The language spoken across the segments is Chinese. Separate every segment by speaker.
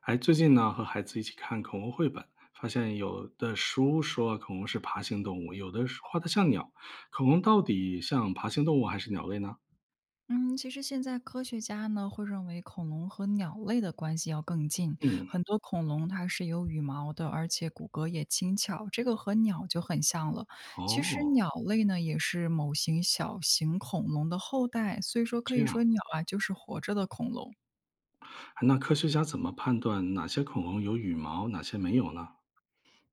Speaker 1: 哎，最近呢，和孩子一起看恐龙绘本，发现有的书说恐龙是爬行动物，有的是画的像鸟。恐龙到底像爬行动物还是鸟类呢？
Speaker 2: 嗯，其实现在科学家呢会认为恐龙和鸟类的关系要更近，
Speaker 1: 嗯。
Speaker 2: 很多恐龙它是有羽毛的，而且骨骼也轻巧，这个和鸟就很像了。其实
Speaker 1: 哦。
Speaker 2: 鸟类呢也是某型小型恐龙的后代，所以说可
Speaker 1: 这
Speaker 2: 以
Speaker 1: 样。
Speaker 2: 说鸟啊就是活着的恐龙。
Speaker 1: 哎那科学家怎么判断哪些恐龙有羽毛，哪些没有呢？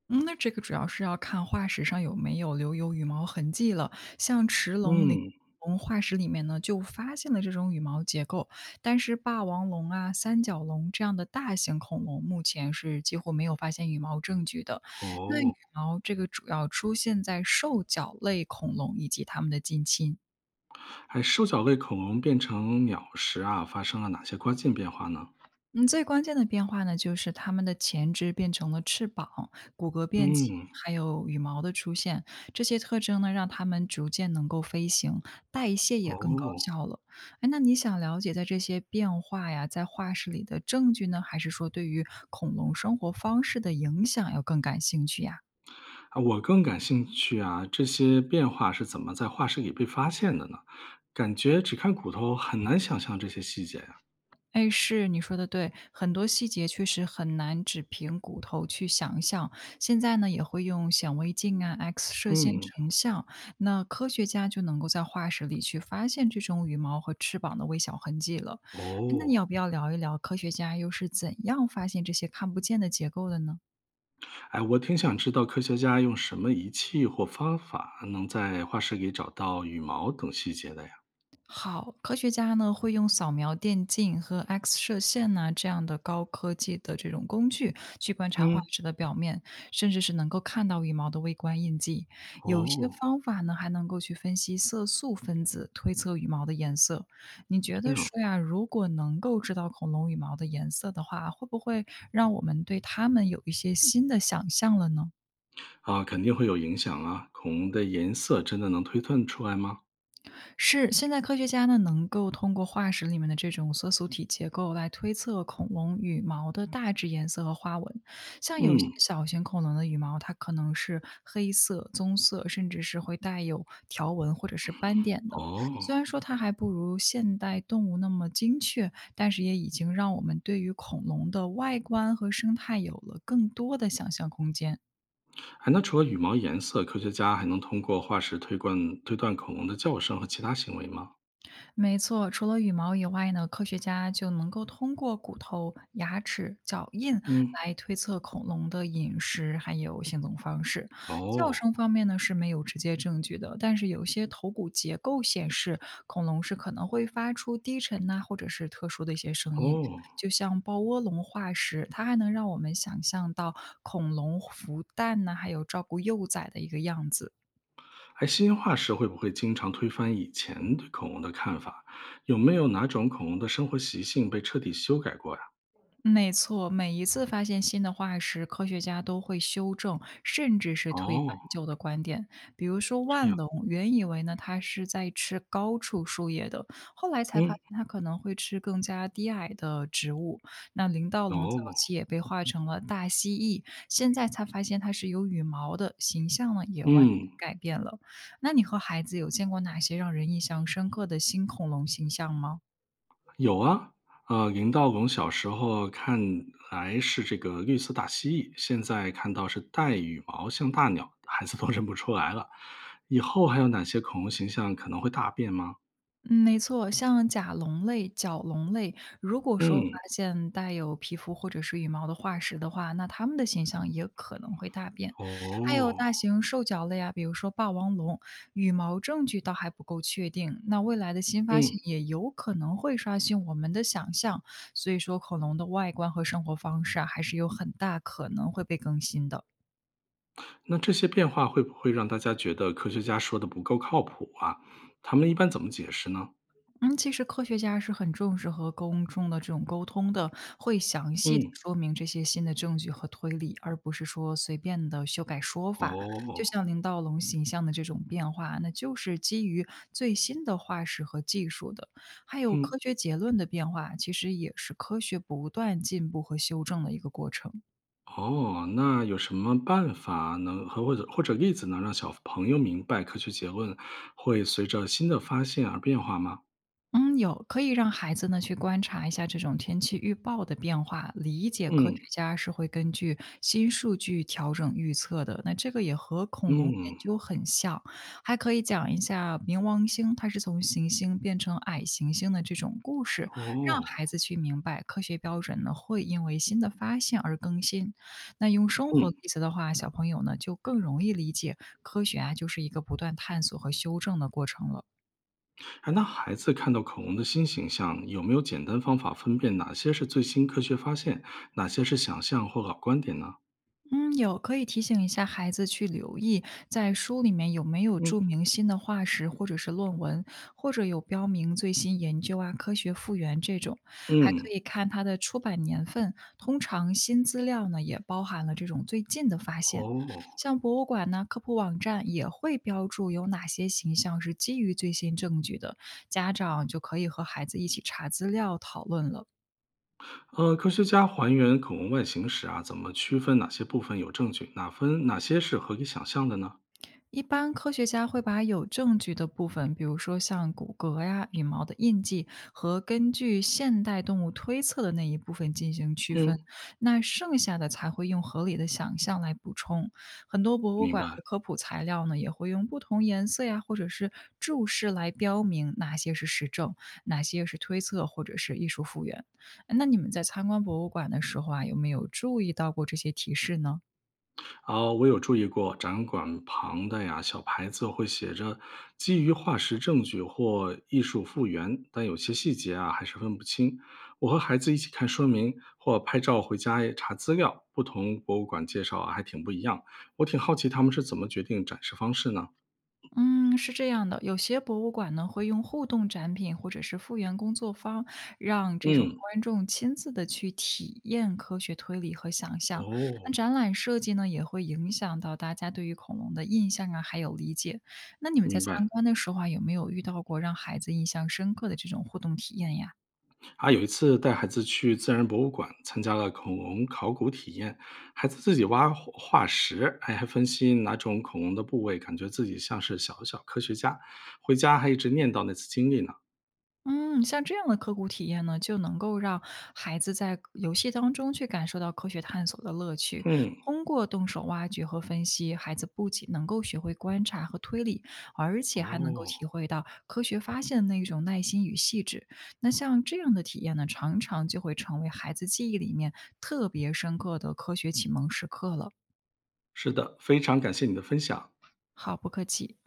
Speaker 2: 嗯，那这个主要是要看化石上有没有留有羽毛痕迹了。像驰龙、鳞
Speaker 1: 嗯。
Speaker 2: 龙化石里面呢，就发现了这种羽毛结构，但是霸王龙啊、三角龙这样的大型恐龙，目前是几乎没有发现羽毛证据的。那羽
Speaker 1: 哦。
Speaker 2: 毛这个主要出现在兽脚类恐龙以及它们的近亲。
Speaker 1: 哎，兽脚类恐龙变成鸟时啊，发生了哪些关键变化呢？
Speaker 2: 嗯，最关键的变化呢，就是它们的前肢变成了翅膀，骨骼变轻，
Speaker 1: 嗯。
Speaker 2: 还有羽毛的出现。这些特征呢，让它们逐渐能够飞行，代谢也更高
Speaker 1: 哦。
Speaker 2: 效了。哎，那你想了解在这些变化呀，在化石里的证据呢，还是说对于恐龙生活方式的影响要更感兴趣呀？
Speaker 1: 啊，我更感兴趣啊，这些变化是怎么在化石里被发现的呢？感觉只看骨头很难想象这些细节呀、
Speaker 2: 哎，是，你说的对，很多细节确实很难只凭骨头去想象。现在呢，也会用显微镜啊、X 射线
Speaker 1: 嗯。
Speaker 2: 成像，那科学家就能够在化石里去发现这种羽毛和翅膀的微小痕迹了。哎那
Speaker 1: 哦。
Speaker 2: 你要不要聊一聊科学家又是怎样发现这些看不见的结构的呢？
Speaker 1: 哎，我挺想知道科学家用什么仪器或方法能在化石里找到羽毛等细节的呀？
Speaker 2: 好，科学家呢会用扫描电镜和 X 射线呐、这样的高科技的这种工具去观察化
Speaker 1: 嗯。
Speaker 2: 石的表面，甚至是能够看到羽毛的微观印记。有些
Speaker 1: 哦。
Speaker 2: 方法呢还能够去分析色素分子，推测羽毛的颜色。你觉
Speaker 1: 这
Speaker 2: 得
Speaker 1: 样。
Speaker 2: 说呀，如果能够知道恐龙羽毛的颜色的话，会不会让我们对它们有一些新的想象了呢？
Speaker 1: 啊，肯定会有影响啊。恐龙的颜色真的能推断出来吗？
Speaker 2: 是，现在科学家呢能够通过化石里面的这种色素体结构来推测恐龙羽毛的大致颜色和花纹。像有些
Speaker 1: 嗯。
Speaker 2: 小型恐龙的羽毛，它可能是黑色、棕色，甚至是会带有条纹或者是斑点的。
Speaker 1: 哦。
Speaker 2: 虽然说它还不如现代动物那么精确，但是也已经让我们对于恐龙的外观和生态有了更多的想象空间。
Speaker 1: 哎，那除了羽毛颜色，科学家还能通过化石推断恐龙的叫声和其他行为吗？
Speaker 2: 没错，除了羽毛以外呢，科学家就能够通过骨头、牙齿、脚印
Speaker 1: 嗯。
Speaker 2: 来推测恐龙的饮食还有行动方式。叫
Speaker 1: 哦。
Speaker 2: 声方面呢是没有直接证据的，但是有些头骨结构显示恐龙是可能会发出低沉呐、或者是特殊的一些声音，
Speaker 1: 哦。
Speaker 2: 就像豹窝龙化石，它还能让我们想象到恐龙孵蛋呐、还有照顾幼崽的一个样子。
Speaker 1: 哎，新化石会不会经常推翻以前对恐龙的看法？有没有哪种恐龙的生活习性被彻底修改过呀？
Speaker 2: 没错，每一次发现新的化石，科学家都会修正，甚至是推翻
Speaker 1: 哦。
Speaker 2: 旧的观点。比如说
Speaker 1: 这
Speaker 2: 万
Speaker 1: 样。
Speaker 2: 龙，原以为呢它是在吃高处树叶的，后来才发
Speaker 1: 嗯。
Speaker 2: 现它可能会吃更加低矮的植物。那林盗龙早
Speaker 1: 哦。
Speaker 2: 期也被画成了大蜥蜴，现在才发现它是有羽毛的，形象呢也完全
Speaker 1: 嗯。
Speaker 2: 改变了。那你和孩子有见过哪些让人印象深刻的新恐龙形象吗？
Speaker 1: 有啊。林道龙小时候看来是这个绿色大蜥蜴，现在看到是带羽毛像大鸟，孩子都认不出来了。以后还有哪些恐龙形象可能会大变吗？
Speaker 2: 嗯，没错，像甲龙类、角龙类，如果说发
Speaker 1: 嗯。
Speaker 2: 现带有皮肤或者是羽毛的化石的话，那它们的形象也可能会大变。还有
Speaker 1: 哦。
Speaker 2: 大型兽脚类啊，比如说霸王龙，羽毛证据倒还不够确定，那未来的新发现
Speaker 1: 嗯。
Speaker 2: 也有可能会刷新我们的想象。所以说，恐龙的外观和生活方式啊，还是有很大可能会被更新的。
Speaker 1: 那这些变化会不会让大家觉得科学家说的不够靠谱啊？他们一般怎么解释呢？
Speaker 2: 嗯，其实科学家是很重视和公众的这种沟通的，会详细的
Speaker 1: 嗯。
Speaker 2: 说明这些新的证据和推理，而不是说随便的修改说法。就
Speaker 1: 哦。
Speaker 2: 像林道龙形象的这种变化，那就是基于最新的化石和技术的。还有
Speaker 1: 嗯。
Speaker 2: 科学结论的变化，其实也是科学不断进步和修正的一个过程。
Speaker 1: 哦。那有什么办法能和或者例子能让小朋友明白科学结论会随着新的发现而变化吗？
Speaker 2: 嗯，有，可以让孩子呢去观察一下这种天气预报的变化，理解科学
Speaker 1: 嗯
Speaker 2: 家是会根据新数据调整预测的。那这个也和恐龙研
Speaker 1: 嗯。
Speaker 2: 究很像，还可以讲一下冥王星它是从行星变成矮行星的这种故事，让
Speaker 1: 哦。
Speaker 2: 孩子去明白科学标准呢会因为新的发现而更新。那用生活
Speaker 1: 嗯。
Speaker 2: 例子的话，小朋友呢就更容易理解科学啊就是一个不断探索和修正的过程了。
Speaker 1: 哎，那孩子看到恐龙的新形象，有没有简单方法分辨哪些是最新科学发现，哪些是想象或老观点呢？
Speaker 2: 嗯，有，可以提醒一下孩子去留意，在书里面有没有
Speaker 1: 嗯
Speaker 2: 注明新的化石或者是论文，或者有标明最新研究啊、科学复原这种，还可
Speaker 1: 嗯。
Speaker 2: 以看它的出版年份。通常新资料呢也包含了这种最近的发现，
Speaker 1: 哦。
Speaker 2: 像博物馆呢、科普网站也会标注有哪些形象是基于最新证据的，家长就可以和孩子一起查资料讨论了。
Speaker 1: 科学家还原恐龙外形时啊，怎么区分哪些部分有证据，哪些是合理想象的呢？
Speaker 2: 一般科学家会把有证据的部分，比如说像骨骼呀、羽毛的印记和根据现代动物推测的那一部分进行区分，
Speaker 1: 嗯。
Speaker 2: 那剩下的才会用合理的想象来补充。很多博物
Speaker 1: 明
Speaker 2: 馆
Speaker 1: 白。
Speaker 2: 和科普材料呢，也会用不同颜色呀，或者是注释来标明哪些是实证，哪些是推测或者是艺术复原。那你们在参观博物馆的时候啊，有没有注意到过这些提示呢？
Speaker 1: 啊，我有注意过展馆旁的呀小牌子会写着“基于化石证据或艺术复原”，但有些细节啊还是分不清。我和孩子一起看说明或拍照回家也查资料，不同博物馆介绍啊还挺不一样。我挺好奇他们是怎么决定展示方式呢？
Speaker 2: 嗯，是这样的，有些博物馆呢会用互动展品或者是复原工作坊，让这种
Speaker 1: 嗯。
Speaker 2: 观众亲自的去体验科学推理和想象。那
Speaker 1: 哦。
Speaker 2: 展览设计呢也会影响到大家对于恐龙的印象啊，还有理解。那你们在
Speaker 1: 明
Speaker 2: 参
Speaker 1: 白。
Speaker 2: 观的时候啊，有没有遇到过让孩子印象深刻的这种互动体验呀？
Speaker 1: 啊，有一次带孩子去自然博物馆，参加了恐龙考古体验，孩子自己挖化石，哎，还分析哪种恐龙的部位，感觉自己像是小小科学家。回家还一直念叨那次经历呢。
Speaker 2: 嗯，像这样的刻骨体验呢，就能够让孩子在游戏当中去感受到科学探索的乐趣。
Speaker 1: 嗯。
Speaker 2: 通过动手挖掘和分析，孩子不仅能够学会观察和推理，而且还能够
Speaker 1: 哦。
Speaker 2: 体会到科学发现的那种耐心与细致。那像这样的体验呢，常常就会成为孩子记忆里面特别深刻的科学启蒙时刻了。
Speaker 1: 是的，非常感谢你的分享。
Speaker 2: 好，不客气。